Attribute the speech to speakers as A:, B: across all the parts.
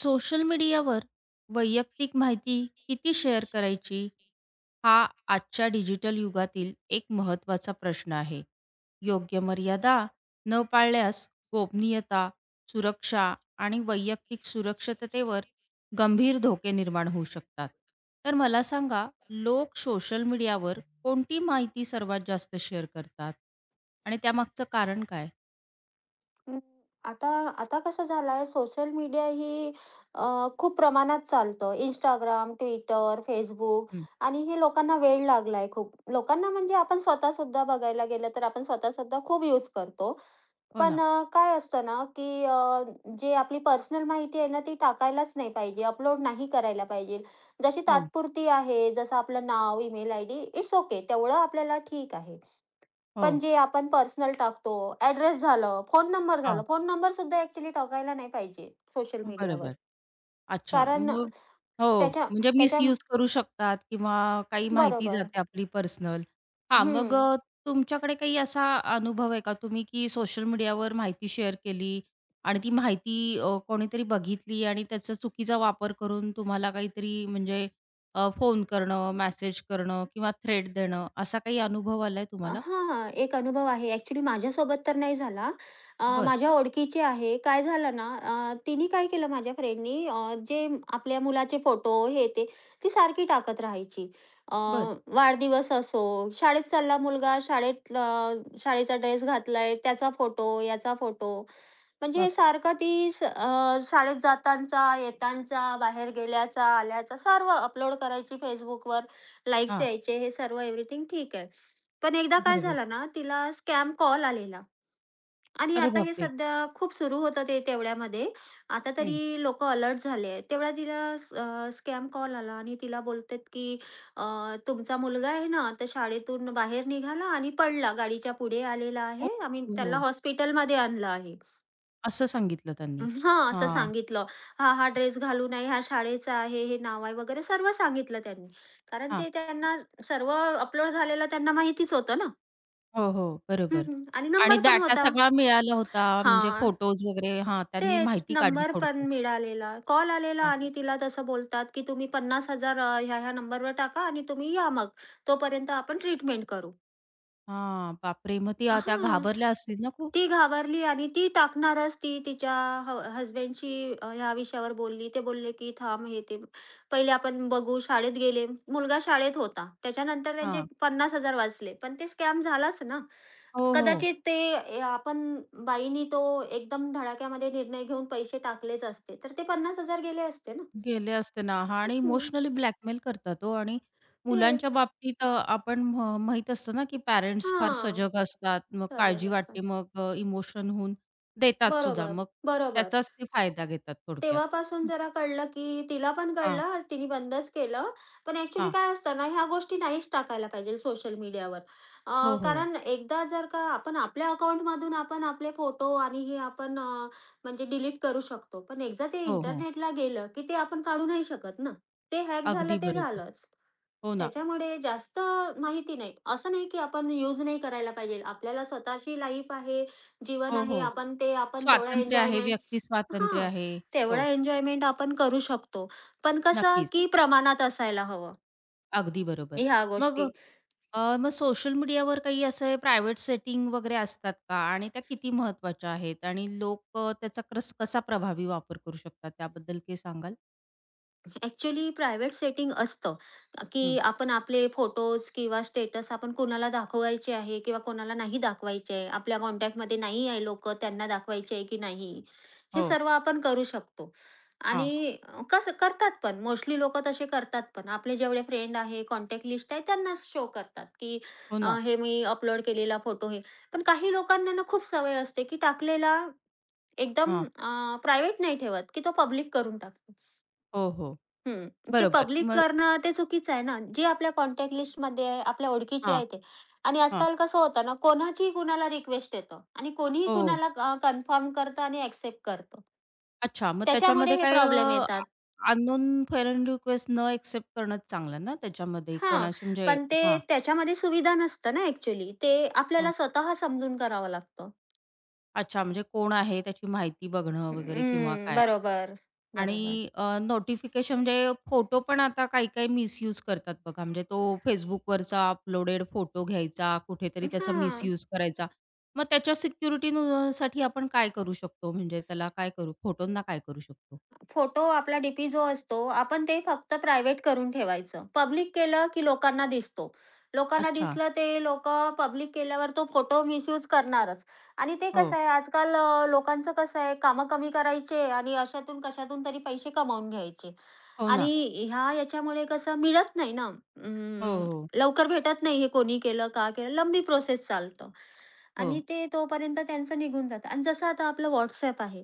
A: Social मीडियावर वैयक्तिक
B: वैयक्तिक
A: माहिती
B: माहिती
A: किती शेअर
B: किती शेअर
A: करायची
B: करायची?
A: हा आजच्या डिजिटल युगातील एक महत्त्वाचा प्रश्न आहे. योग्य मर्यादा न पाळल्यास गोपनीयता, सुरक्षा आणि वैयक्तिक
B: वैयक्तिक
A: सुरक्षिततेवर
B: सुरक्षिततेवर
A: गंभीर धोके
B: किती
A: निर्माण होऊ
B: भर.
A: शकतात. तर मला सांगा, लोक सोशल मीडियावर कोणती माहिती सर्वात जास्त शेअर करतात आणि त्यामागचं कारण काय?
B: अं, आता आता कसं झालंय सोशल मीडिया ही अ, खूप प्रमाणात चालतं. Instagram, Twitter, Facebook
A: हं.
B: आणि हे लोकांना वेड लागलाय खूप. लोकांना म्हणजे आपण स्वतःसुद्धा बघायला गेलं तर आपण स्वतः सुद्धा खूप यूज करतो.
A: हो
B: पण
A: ना.
B: काय असतं ना, की जे आपली पर्सनल माहिती आहे ना, ती टाकायलाच नाही पाहिजे, अपलोड नाही करायला पाहिजे. जशी
A: हो,
B: तात्पुरती आहे, जसं आपलं नाव, ईमेल आयडी इट्स ओके तेवढं आपल्याला ठीक आहे. पण
A: हो.
B: जे आपण पर्सनल टाकतो, ॲड्रेस झालं, फोन नंबर झालं,
A: हां,
B: फोन नंबरसुद्धा ॲक्चुअली टाकायला नाही पाहिजे सोशल मीडियावर.
A: बरोबर. अच्छा.
B: कारण
A: मग हो,
B: त्याच्या
A: म्हणजे
B: त्याच्या
A: मिसयूज करू शकतात किंवा काही माहिती
B: बरोबर.
A: जाते आपली पर्सनल. हां, मग
B: हं.
A: तुमच्याकडे काही असा अनुभव आहे का तुम्ही की सोशल मीडियावर माहिती शेअर केली आणि ती माहिती कोणीतरी बघितली आणि त्याचा चुकीचा वापर करून तुम्हाला काहीतरी म्हणजे फोन करणं, मेसेज करणं किंवा थ्रेट देणं असा काही अनुभव आलाय
B: अ,
A: तुम्हाला?
B: एक अनुभव आहे. ॲक्चुअली माझ्यासोबत तर नाही झाला.
A: बरं,
B: माझ्या ओळखीची आहे. काय झालं ना, तिने काय केलं माझ्या फ्रेंडनी जे आपल्या मुलाचे फोटो हे ते, ती सारखी टाकत राहायची. अ,
A: बरं.
B: वाढदिवस असो, शाळेत चालला मुलगा, शाळेचा ड्रेस घातलाय, त्याचा फोटो, याचा फोटो. म्हणजे
A: बापरे!
B: सारखं ती शाळेत जातांचा, येतांचा, बाहेर गेल्याचा, आल्याचा सर्व अपलोड करायची Facebookवर, लाईक्स
A: हां,
B: यायचे हे सर्व एव्हरीथिंग ठीक आहे. पण एकदा काय
A: बरोबर.
B: झालं ना, तिला स्कॅम कॉल आलेला आणि
A: अरे
B: आता हे
A: बापरे!
B: सध्या खूप सुरू होतं ते तेवढ्यामध्ये. आता
A: हं.
B: तरी लोकं अलर्ट झाले आहेत. तेवढ्या तिला स्कॅम कॉल आला आणि तिला बोलतात की अ, "तुमचा मुलगा आहे ना, तर शाळेतून बाहेर निघाला आणि पडला. गाडीच्या पुढे आलेला
A: ओ
B: आहे. आम्ही
A: हो,
B: त्याला
A: हो.
B: हॉस्पिटलमध्ये आणलं आहे."
A: असं सांगितलं त्यांनी.
B: हां, असं
A: हां,
B: सांगितलं. "हा, हा ड्रेस घालू नये, हा शाळेचा आहे, हे नाव आहे" वगैरे सर्व सांगितलं त्यांनी. कारण
A: हां.
B: ते त्यांना सर्व अपलोड झालेलं त्यांना माहितीच होतं ना.
A: हो, हो. बरोबर.
B: हं. आणि
A: आणि
B: नंबर पण
A: डाटा
B: होता.
A: सगळा मिळाला होता म्हणजे
B: हां,
A: फोटोज वगैरे हां, त्यांनी
B: तेच
A: माहिती काढली
B: नंबर पण
A: थोडक्यात.
B: मिळालेला. कॉल आलेला
A: हां,
B: आणि तिला तसं बोलतात, की "तुम्ही 50,000 ह्या-ह्या नंबरवर टाका आणि तुम्ही या मग. तोपर्यंत आपण ट्रीटमेंट करू."
A: हां. बापरे! मग ती त्या
B: हां.
A: घाबरल्या असतील ना खूप?
B: ती घाबरली आणि ती टाकणारच ती तिच्या हसबँडशी ह्या विषयावर बोलली. ते बोलले, की "थांब हे ते पहिले आपण बघू." शाळेत गेले. मुलगा शाळेत होता. त्याच्यानंतर त्यांचे
A: हां.
B: 50,000 वाचले. पण ते स्कॅम झालाच ना.
A: हो, हो.
B: कदाचित ते ए आपण बाईनी तो एकदम धडाक्यामध्ये निर्णय घेऊन पैसे टाकलेच असते. तर ते 50,000 गेले असते ना.
A: गेले असते ना हां आणि
B: हं,
A: इमोशनली ब्लॅकमेल करतात तो आणि
B: तेच.
A: मुलांच्या बाबतीत आपण माहीत असतं ना, की पॅरेंट्स फार
B: हां.
A: सजग असतात. मग
B: साजा
A: काळजी वाटते,
B: बसताना.
A: मग इमोशन होऊन देतात सुद्धा.
B: बरोबर,
A: मग
B: बरोबर.
A: त्याचाच ते फायदा घेतात थोडक्यात.
B: तेव्हापासून जरा कळलं, की तिला पण
A: हां,
B: कळलं, तिने बंदच केलं. पण ॲक्चुअली
A: हां.
B: काय असतं ना, ह्या गोष्टी नाहीच टाकायला पाहिजे सोशल मीडियावर.
A: हो, हो.
B: कारण एकदा जर का आपण आपल्या अकाउंटमधून आपण आपले फोटो आणि हे आपण म्हणजे डिलीट करू शकतो. पण एकदा ते
A: हो, हो.
B: इंटरनेटला गेलं, की ते आपण काढू नाही शकत ना. ते हॅक झालं
A: अगदी
B: ते
A: बरोबर.
B: झालंच.
A: हो ना.
B: त्याच्यामुळे जास्त माहिती नाही. असं नाही, की आपण यूज नाही करायला पाहिजे. आपल्याला स्वतःची लाईफ आहे, जीवन
A: हो, हो.
B: आहे. आपण ते आपण तेवढा
A: स्वातंत्र्य आहे,
B: एन्जॉयमेंट
A: व्यक्ती स्वातंत्र्य
B: हां,
A: आहे. हो,
B: तेवढा एन्जॉयमेंट आपण करू शकतो. पण कसं
A: नक्कीच.
B: की प्रमाणात असायला हवं
A: अगदी बरोबर.
B: ह्या
A: मग
B: गोष्टी.
A: मग सोशल मीडियावर काही असे प्रायव्हेट सेटिंग वगैरे असतात का? आणि त्या किती महत्त्वाच्या आहेत? आणि लोक त्याचा क्रस कसा प्रभावी वापर करू शकतात? त्याबद्दल काही सांगाल?
B: ॲक्चुअली प्रायव्हेट सेटिंग असतं,
A: हं.
B: की आपण आपले फोटोज किंवा स्टेटस आपण कोणाला दाखवायचे आहे किंवा कोणाला नाही दाखवायचे आहे. आपल्या कॉन्टॅक्टमध्ये नाही आहे लोकं, त्यांना दाखवायचे आहे की नाही, हे
A: हो.
B: सर्व आपण करू शकतो.
A: हां.
B: आणि कसं करतात पण मोस्टली लोकं तसे करतात पण. आपले जेवढे फ्रेंड आहे, कॉन्टॅक्ट लिस्ट आहे त्यांनाच शो करतात, की
A: हो ना.
B: हे मी अपलोड केलेला फोटो हे. पण काही लोकांना ना खूप सवय असते, की टाकलेला एकदम
A: हां.
B: अ, प्रायव्हेट नाही ठेवत, की तो पब्लिक करून टाकतात.
A: हो, हो.
B: हं, ते
A: बरोबर.
B: पब्लिक
A: मग
B: करणं ते चुकीचं आहे ना. जे आपल्या कॉन्टॅक्ट लिस्टमध्ये आहे, आपल्या ओळखीचे
A: हां,
B: आहे ते. आणि
A: हां.
B: आजकाल कसं होतं ना, कोणाचीही कुणाला रिक्वेस्ट येतं आणि कोणीही
A: हो.
B: कुणाला कन्फर्म करतं आणि एक्सेप्ट करतं.
A: अच्छा. मग
B: त्याच्यामुळे
A: त्याच्यामध्ये
B: हे
A: काय
B: प्रॉब्लेम येतात.
A: अननोन फ्रेंड रिक्वेस्ट न एक्सेप्ट करणंच चांगलं ना त्याच्यामध्ये?
B: हां,
A: कोणाशी म्हणजे
B: पण ते त्याच्यामध्ये सुविधा नसतं ना ॲक्चुअली. ते आपल्याला
A: हां.
B: स्वतः समजून करावं लागतं.
A: अच्छा, म्हणजे कोण आहे त्याची माहिती बघणं वगैरे किंवा
B: हं,
A: काय?
B: बरोबर,
A: आणि
B: बरोबर.
A: नोटिफिकेशन म्हणजे फोटो पण आता काही-काही मिसयूज करतात बघा. म्हणजे तो Facebookवरचा अपलोडेड फोटो घ्यायचा, कुठेतरी त्याचा
B: हां.
A: मिसयूज करायचा. मग त्याच्या सिक्युरिटी न साठी आपण काय करू शकतो? म्हणजे त्याला काय करू फोटोंना काय करू शकतो?
B: फोटो आपला डीपी जो असतो, आपण ते फक्त प्रायव्हेट करून ठेवायचं. पब्लिक केलं की लोकांना दिसतो. लोकांना
A: अच्छा.
B: दिसलं ते लोकं पब्लिक केल्यावर तो फोटो मिसयूज करणारच. आणि ते
A: हो.
B: कसं आहे आजकाल लोकांचं कसं आहे कामं कमी करायचे आणि अशातून कशातून तरी पैसे कमावून घ्यायचे.
A: हो ना.
B: आणि ह्या याच्यामुळे कसं मिळत नाही ना,
A: हो,
B: अं,
A: हो.
B: लवकर भेटत नाही हे कोणी केलं, का केलं, लंबी प्रोसेस चालतं.
A: हो.
B: आणि ते तोपर्यंत त्यांचं निघून जातं आणि जसं आता आपलं WhatsApp आहे.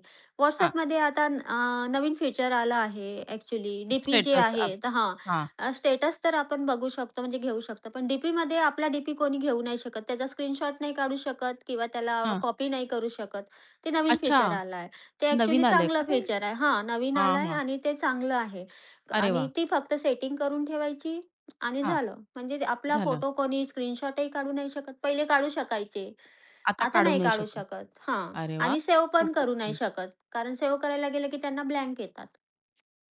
A: हां.
B: WhatsAppमध्ये आता नवीन फीचर आलं आहे ॲक्चुअली डी जे
A: स्टेटस
B: आहे तर
A: हां,
B: हां, स्टेटस तर आपण बघू शकतो म्हणजे घेऊ शकतो. पण डी-पीमध्ये आपला डी-पी कोणी घेऊ नाही शकत. त्याचा स्क्रीनशॉट नाही काढू शकत किंवा त्याला
A: हां.
B: कॉपी नाही करू शकत. ते नवीन
A: अच्छा,
B: फीचर आलं आहे. ते ॲक्चुअली
A: नवीन आलंय
B: चांगलं
A: का ते?
B: फीचर आहे. हां, नवीन
A: हां,
B: आलं आहे
A: हां.
B: आणि ते चांगलं आहे.
A: अरे
B: आणि
A: वाह!
B: ती फक्त सेटिंग करून ठेवायची आणि
A: हां,
B: झालं. म्हणजे ते आपला
A: झालं.
B: फोटो कोणी स्क्रीनशॉटही काढू नाही शकत. पहिले काढू शकायचे.
A: आता
B: आता
A: काढू
B: नाही
A: नाही
B: काढू
A: शकत.
B: शकत. हां.
A: अरे वाह!
B: आणि सेव्ह पण
A: खूपच
B: करू नाही
A: छान.
B: शकत. कारण सेव्ह करायला गेलं की त्यांना ब्लँक येतात.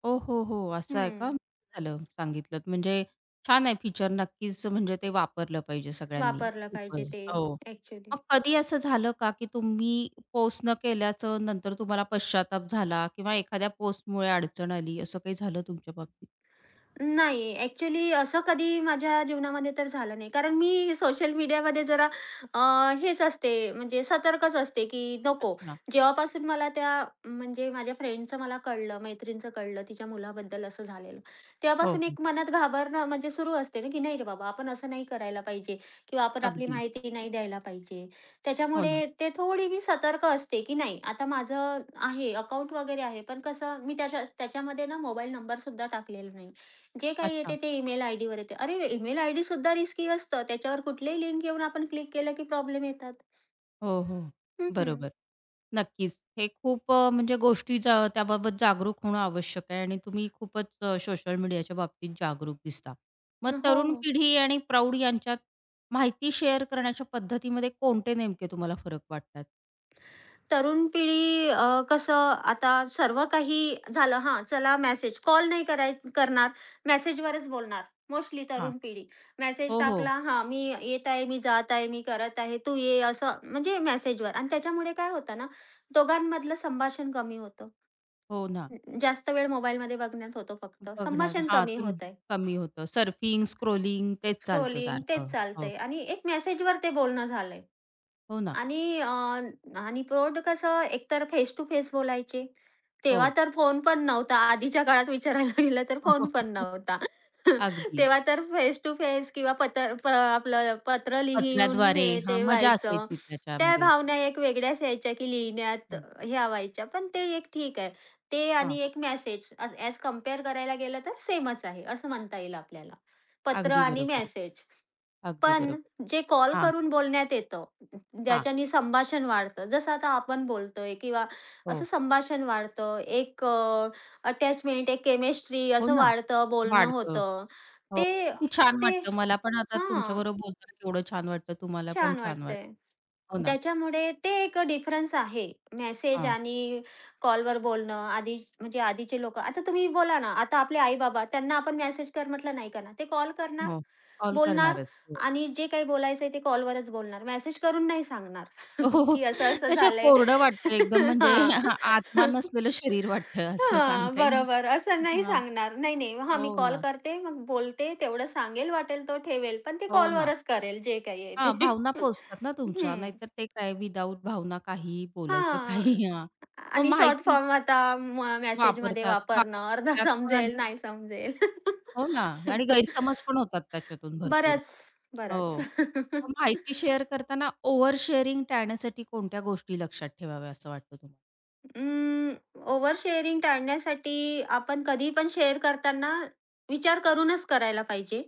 A: हो, हो, हो. असं आहे का?
B: हं.
A: झालं सांगितलत. म्हणजे छान आहे फीचर नक्कीच म्हणजे ते वापरलं पाहिजे सगळ्यांनी.
B: वापरलं पाहिजे
A: खूपच.
B: ते
A: हो.
B: ॲक्चुअली.
A: मग कधी असं झालं का, की तुम्ही पोस्ट न केल्याचं नंतर तुम्हाला पश्चाताप झाला किंवा एखाद्या पोस्टमुळे अडचण आली, असं काही झालं तुमच्या बाबतीत?
B: नाही, ॲक्चुअली असं कधी माझ्या जीवनामध्ये तर झालं नाही. कारण मी सोशल मीडियामध्ये जरा अ, हेच असते, म्हणजे सतर्कच असते, की नको.
A: अच्छा.
B: जेव्हापासून मला त्या म्हणजे माझ्या फ्रेंडचं मला कळलं, मैत्रिणीचं कळलं, तिच्या मुलाबद्दल असं झालेलं.
A: हो,
B: तेव्हापासून
A: हो.
B: एक मनात घाबरणं म्हणजे सुरू असते ना, की नाही रे बाबा, आपण असं नाही करायला पाहिजे किंवा आपण आपली
A: अगदी.
B: माहिती नाही द्यायला पाहिजे.
A: हो ना.
B: त्याच्यामुळे ते थोडी मी सतर्क असते, की नाही, आता माझं आहे, अकाउंट वगैरे आहे, पण कसं मी त्याच्यामध्ये ना मोबाईल नंबरसुद्धा टाकलेला नाही. जे काही येते
A: अच्छा.
B: ते ईमेल आयडीवर येते. अरे ईमेल आयडीसुद्धा रिस्की असतं. त्याच्यावर कुठलीही लिंक घेऊन आपण क्लिक केलं की प्रॉब्लेम येतात.
A: हो, हो.
B: हं.
A: बरोबर. नक्कीच. हे खूप म्हणजे गोष्टी त्याबाबत जागरूक होणं आवश्यक आहे आणि तुम्ही खूपच सोशल मीडियाच्या बाबतीत जागरूक दिसता. मग
B: हो.
A: तरुण
B: हो.
A: पिढी आणि प्रौढ यांच्यात माहिती शेअर करण्याच्या पद्धतीमध्ये कोणते नेमके तुम्हाला फरक वाटतात?
B: तरुण पिढी कसं आता सर्व काही झालं हां, चला मेसेज कॉल नाही करणार, मेसेजवरच बोलणार. मोस्टली
A: हां.
B: तरुण पिढी. मेसेज
A: हो, हो.
B: टाकला, हां, मी येत आहे, मी जात आहे, मी करत आहे, तू ये असं म्हणजे मेसेजवर आणि त्याच्यामुळे काय होतं ना, दोघांमधलं संभाषण कमी होतं.
A: हो ना.
B: जास्त वेळ मोबाईलमध्ये बघण्यात होतो फक्त.
A: बघणार
B: संभाषण
A: हां,
B: कमी
A: ते
B: होतंय.
A: कमी होतं. सर्फिंग, स्क्रोलिंग तेच चालतं
B: स्क्रोलिंग तेच
A: सारखं. हो.
B: चालतंय आणि एक मेसेजवर ते बोलणं झालंय.
A: हो ना.
B: आणि आणि प्रौढ कसं एकतर फेस टू फेस बोलायचे. तेव्हा
A: हो.
B: तर फोन पण नव्हता. आधीच्या काळात विचारायला गेलं तर फोन पण नव्हता.
A: अगदी.
B: तेव्हा तर फेस टू फेस किंवा पत्र प आपलं पत्र लिहून
A: पत्राद्वारे
B: हे
A: हां,
B: ते
A: मजा
B: व्हायचं.
A: असायची
B: त्या
A: त्याच्यामध्ये.
B: भावना एक वेगळ्याच यायच्या की लिहिण्यात
A: हं.
B: ह्या व्हायच्या. पण ते एक ठीक आहे. ते
A: हां.
B: आणि एक मेसेज ॲज ॲज करायला गेलं तर सेमच आहे, असं म्हणता येईल आपल्याला. पत्र
A: अगदी
B: आणि
A: बरोबर.
B: मेसेज.
A: अगदी
B: पण
A: बरोबर.
B: जे कॉल
A: हां,
B: करून बोलण्यात येतं,
A: हां.
B: ज्याच्याने संभाषण वाढतं. जसं आता आपण बोलतोय किंवा असं
A: हो.
B: संभाषण वाढतं. एक अटॅचमेंट, एक केमिस्ट्री
A: हो
B: असं
A: ना.
B: वाढतं, बोलणं
A: वाढतं.
B: होतं.
A: हो.
B: ते
A: किती छान
B: ते
A: वाटतं. मला पण आता
B: हां,
A: तुमच्याबरोबर बोलताना केवढं छान वाटतं. तुम्हाला पण
B: छान
A: छान वाटतं.
B: वाटतंय.
A: हो ना.
B: त्याच्यामुळे ते एक डिफरन्स आहे. मेसेज
A: हां.
B: आणि कॉलवर बोलणं. आधी म्हणजे आधीचे लोकं आता तुम्ही बोला ना, आता आपले आई-बाबा त्यांना आपण मेसेज कर म्हटलं नाही करणार. ते कॉल करणार.
A: हो. कॉल
B: बोलणार
A: करणारच. हो.
B: आणि जे काही बोलायचंय ते कॉलवरच बोलणार. मेसेज करून नाही सांगणार,
A: हो, हो.
B: की असं-असं
A: त्याच्या
B: झालंय.
A: कोरडं वाटतं एकदम म्हणजे
B: हां.
A: आत्मा नसलेलं शरीर वाटतं असं
B: हां,
A: सांगता येईल.
B: बरोबर. असं नाही
A: हां.
B: सांगणार. नाही, नाही. हां, मी
A: हो
B: कॉल
A: ना.
B: करते, मग बोलते, तेवढं सांगेल वाटेल तो ठेवेल, पण ते
A: हो ना.
B: कॉलवरच करेल जे काही आहे
A: हां,
B: ते.
A: भावना पोहोचतात ना तुमच्या.
B: हं.
A: नाहीतर ते काय विदाऊट भावना काहीही बोलायचं काही
B: हां.
A: हां. मग
B: आणि शॉर्ट
A: माहिती
B: फॉर्म आता मेसेजमध्ये
A: वापरतात.
B: वापरणं, अर्धा
A: वापरतात पण आणि
B: समजेल, नाही समजेल.
A: हो ना आणि गैरसमज पण होतात त्याच्यातून भरपूर.
B: बरंच, बरंच.
A: हो. मग माहिती शेअर करताना ओव्हर शेअरिंग टाळण्यासाठी कोणत्या गोष्टी लक्षात ठेवाव्या असं वाटतं तुम्हाला?
B: अं, ओव्हर शेअरिंग टाळण्यासाठी आपण कधी पण शेअर करताना विचार करूनच करायला पाहिजे,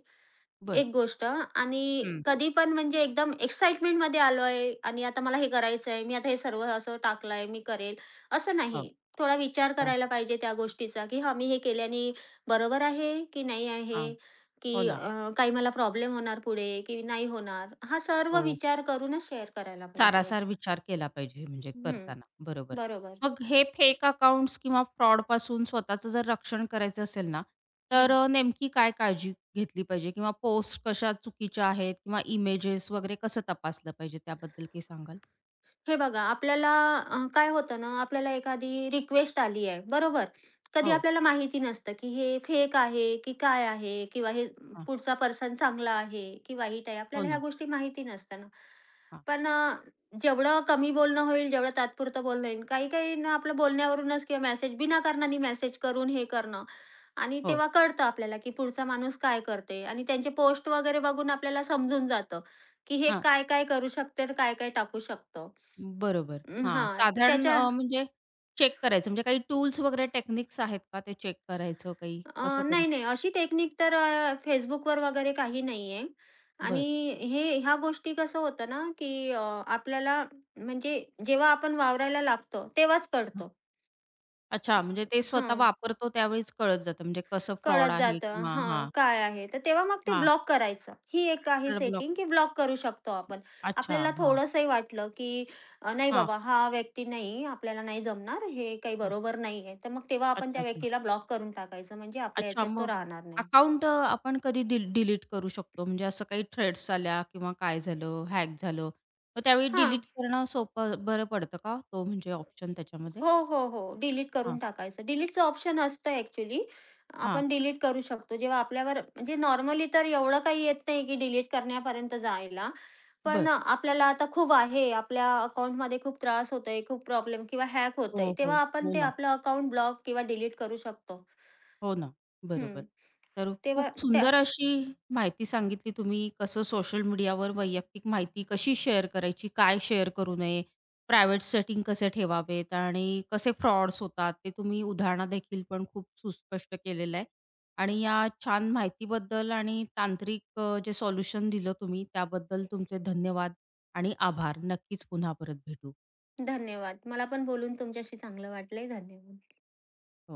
A: बरं.
B: एक गोष्ट. आणि
A: हं.
B: कधी पण म्हणजे एकदम एक्साईटमेंटमध्ये आलोय आणि आता मला हे करायचं आहे, मी आता हे सर्व असं टाकलंय, मी करेल, असं
A: हो.
B: नाही. थोडा विचार
A: अच्छा.
B: करायला पाहिजे त्या गोष्टीचा, की हां, मी हे केल्याने बरोबर आहे की नाही
A: हां.
B: आहे? की
A: हो ना.
B: काही मला प्रॉब्लेम होणार पुढे की नाही होणार? हा सर्व
A: हो.
B: विचार करूनच शेअर करायला पाहिजे.
A: सारासार विचार केला पाहिजे म्हणजे
B: हं,
A: करताना. बरोबर.
B: बरोबर.
A: मग हे फेक अकाउंट्स किंवा फ्रॉडपासून स्वतःचं जर रक्षण करायचं असेल ना, तर
B: हं.
A: नेमकी काय काळजी घेतली पाहिजे किंवा पोस्ट कशा चुकीच्या आहेत किंवा इमेजेस वगैरे कसं तपासलं पाहिजे त्याबद्दल काही सांगाल?
B: हे बघा, आपल्याला काय होतं ना, आपल्याला एखादी रिक्वेस्ट आली आहे, बरोबर? कधी
A: हो.
B: आपल्याला माहिती नसतं, की हे फेक आहे, की काय आहे? किंवा हे
A: हां.
B: पुढचा पर्सन चांगला आहे, की वाईट आहे?
A: हो
B: आपल्याला ह्या
A: ना.
B: गोष्टी माहिती नसतात
A: हां.
B: पण जेवढं कमी बोलणं होईल, जेवढं तात्पुरतं बोलणं होईल. काही-काहींना आपलं बोलण्यावरूनच किंवा मेसेज बिनाकारणाने मेसेज करून हे करणं आणि
A: हो.
B: तेव्हा कळतं आपल्याला, की पुढचा माणूस काय करते आणि त्यांचे पोस्ट वगैरे बघून आपल्याला समजून जातं, की हे
A: हां.
B: काय-काय करू शकते, काय-काय टाकू शकतं.
A: बरोबर. हां,
B: हां, तर
A: साधारण
B: त्याच्या
A: म्हणजे चेक करायचं म्हणजे काही टूल्स वगैरे टेक्निक्स आहेत का ते चेक करायचं काही?
B: अ,
A: कसं करू
B: नाही, नाही
A: शकतो?
B: अशी टेक्निक तर Facebookवर वगैरे काही नाहीये आणि
A: बरं.
B: हे ह्या गोष्टी कसं होतं ना, की आपल्याला म्हणजे जेव्हा आपण वावरायला लागतो तेव्हाच कळतं.
A: हां. अच्छा म्हणजे ते स्वतः
B: हां,
A: वापरतो त्यावेळीच कळत जातं म्हणजे कसं
B: कळत
A: फ्रॉड आहे
B: जातं
A: किंवा
B: हां,
A: हां,
B: काय आहे. तर तेव्हा मग ते
A: हां.
B: ब्लॉक करायचं. ही एक आहे
A: सरळ ब्लॉक.
B: सेटिंग, की ब्लॉक करू शकतो आपण.
A: अच्छा.
B: आपल्याला
A: हां,
B: थोडंसंही वाटलं, की नाही
A: हां,
B: बाबा हा व्यक्ती नाही, आपल्याला नाही जमणार, हे काही
A: हां.
B: बरोबर नाहीये. तर मग तेव्हा आपण त्या
A: अच्छा, अच्छा.
B: व्यक्तीला ब्लॉक करून टाकायचं म्हणजे आपल्या
A: अच्छा
B: ह्याच्यात तो
A: मग
B: राहणार नाही.
A: अकाउंट आपण कधी डिलीट करू शकतो? म्हणजे असं काही थ्रेड्स आल्या किंवा काय झालं, हॅक झालं, मग त्यावेळी
B: हां.
A: डिलीट करणं सोपं बरं पडतं का? तो म्हणजे ऑप्शन त्याच्यामध्ये?
B: हो, हो, हो. डिलीट
A: हां,
B: करून टाकायचं. डिलीटचं ऑप्शन असतं ॲक्चुअली.
A: हां.
B: आपण डिलीट करू शकतो. जेव्हा आपल्यावर म्हणजे नॉर्मली तर एवढं काही येत नाही की डिलीट करण्यापर्यंत जायला. पण
A: बरं.
B: आपल्याला आता खूप आहे, आपल्या अकाउंटमध्ये खूप त्रास होतोय, खूप प्रॉब्लेम किंवा हॅक होतंय.
A: हो, हो.
B: तेव्हा आपण
A: हो
B: ते
A: ना,
B: आपलं अकाउंट ब्लॉक किंवा डिलीट करू शकतो.
A: हो ना. बरोबर.
B: हं.
A: तर
B: तेव्हा
A: खूप
B: त्या
A: सुंदर अशी माहिती सांगितली तुम्ही कसं सोशल मीडियावर वैयक्तिक माहिती कशी शेअर करायची, काय शेअर करू नये, प्रायव्हेट सेटिंग कसे ठेवावेत आणि कसे फ्रॉड्स होतात ते तुम्ही उदाहरणादेखील पण खूप सुस्पष्ट केलेलं आहे. आणि या छान माहितीबद्दल आणि तांत्रिक जे सोल्युशन दिलं तुम्ही त्याबद्दल तुमचे धन्यवाद आणि आभार. नक्कीच पुन्हा परत भेटू.
B: धन्यवाद. मला पण बोलून तुमच्याशी चांगलं वाटलंय. धन्यवाद.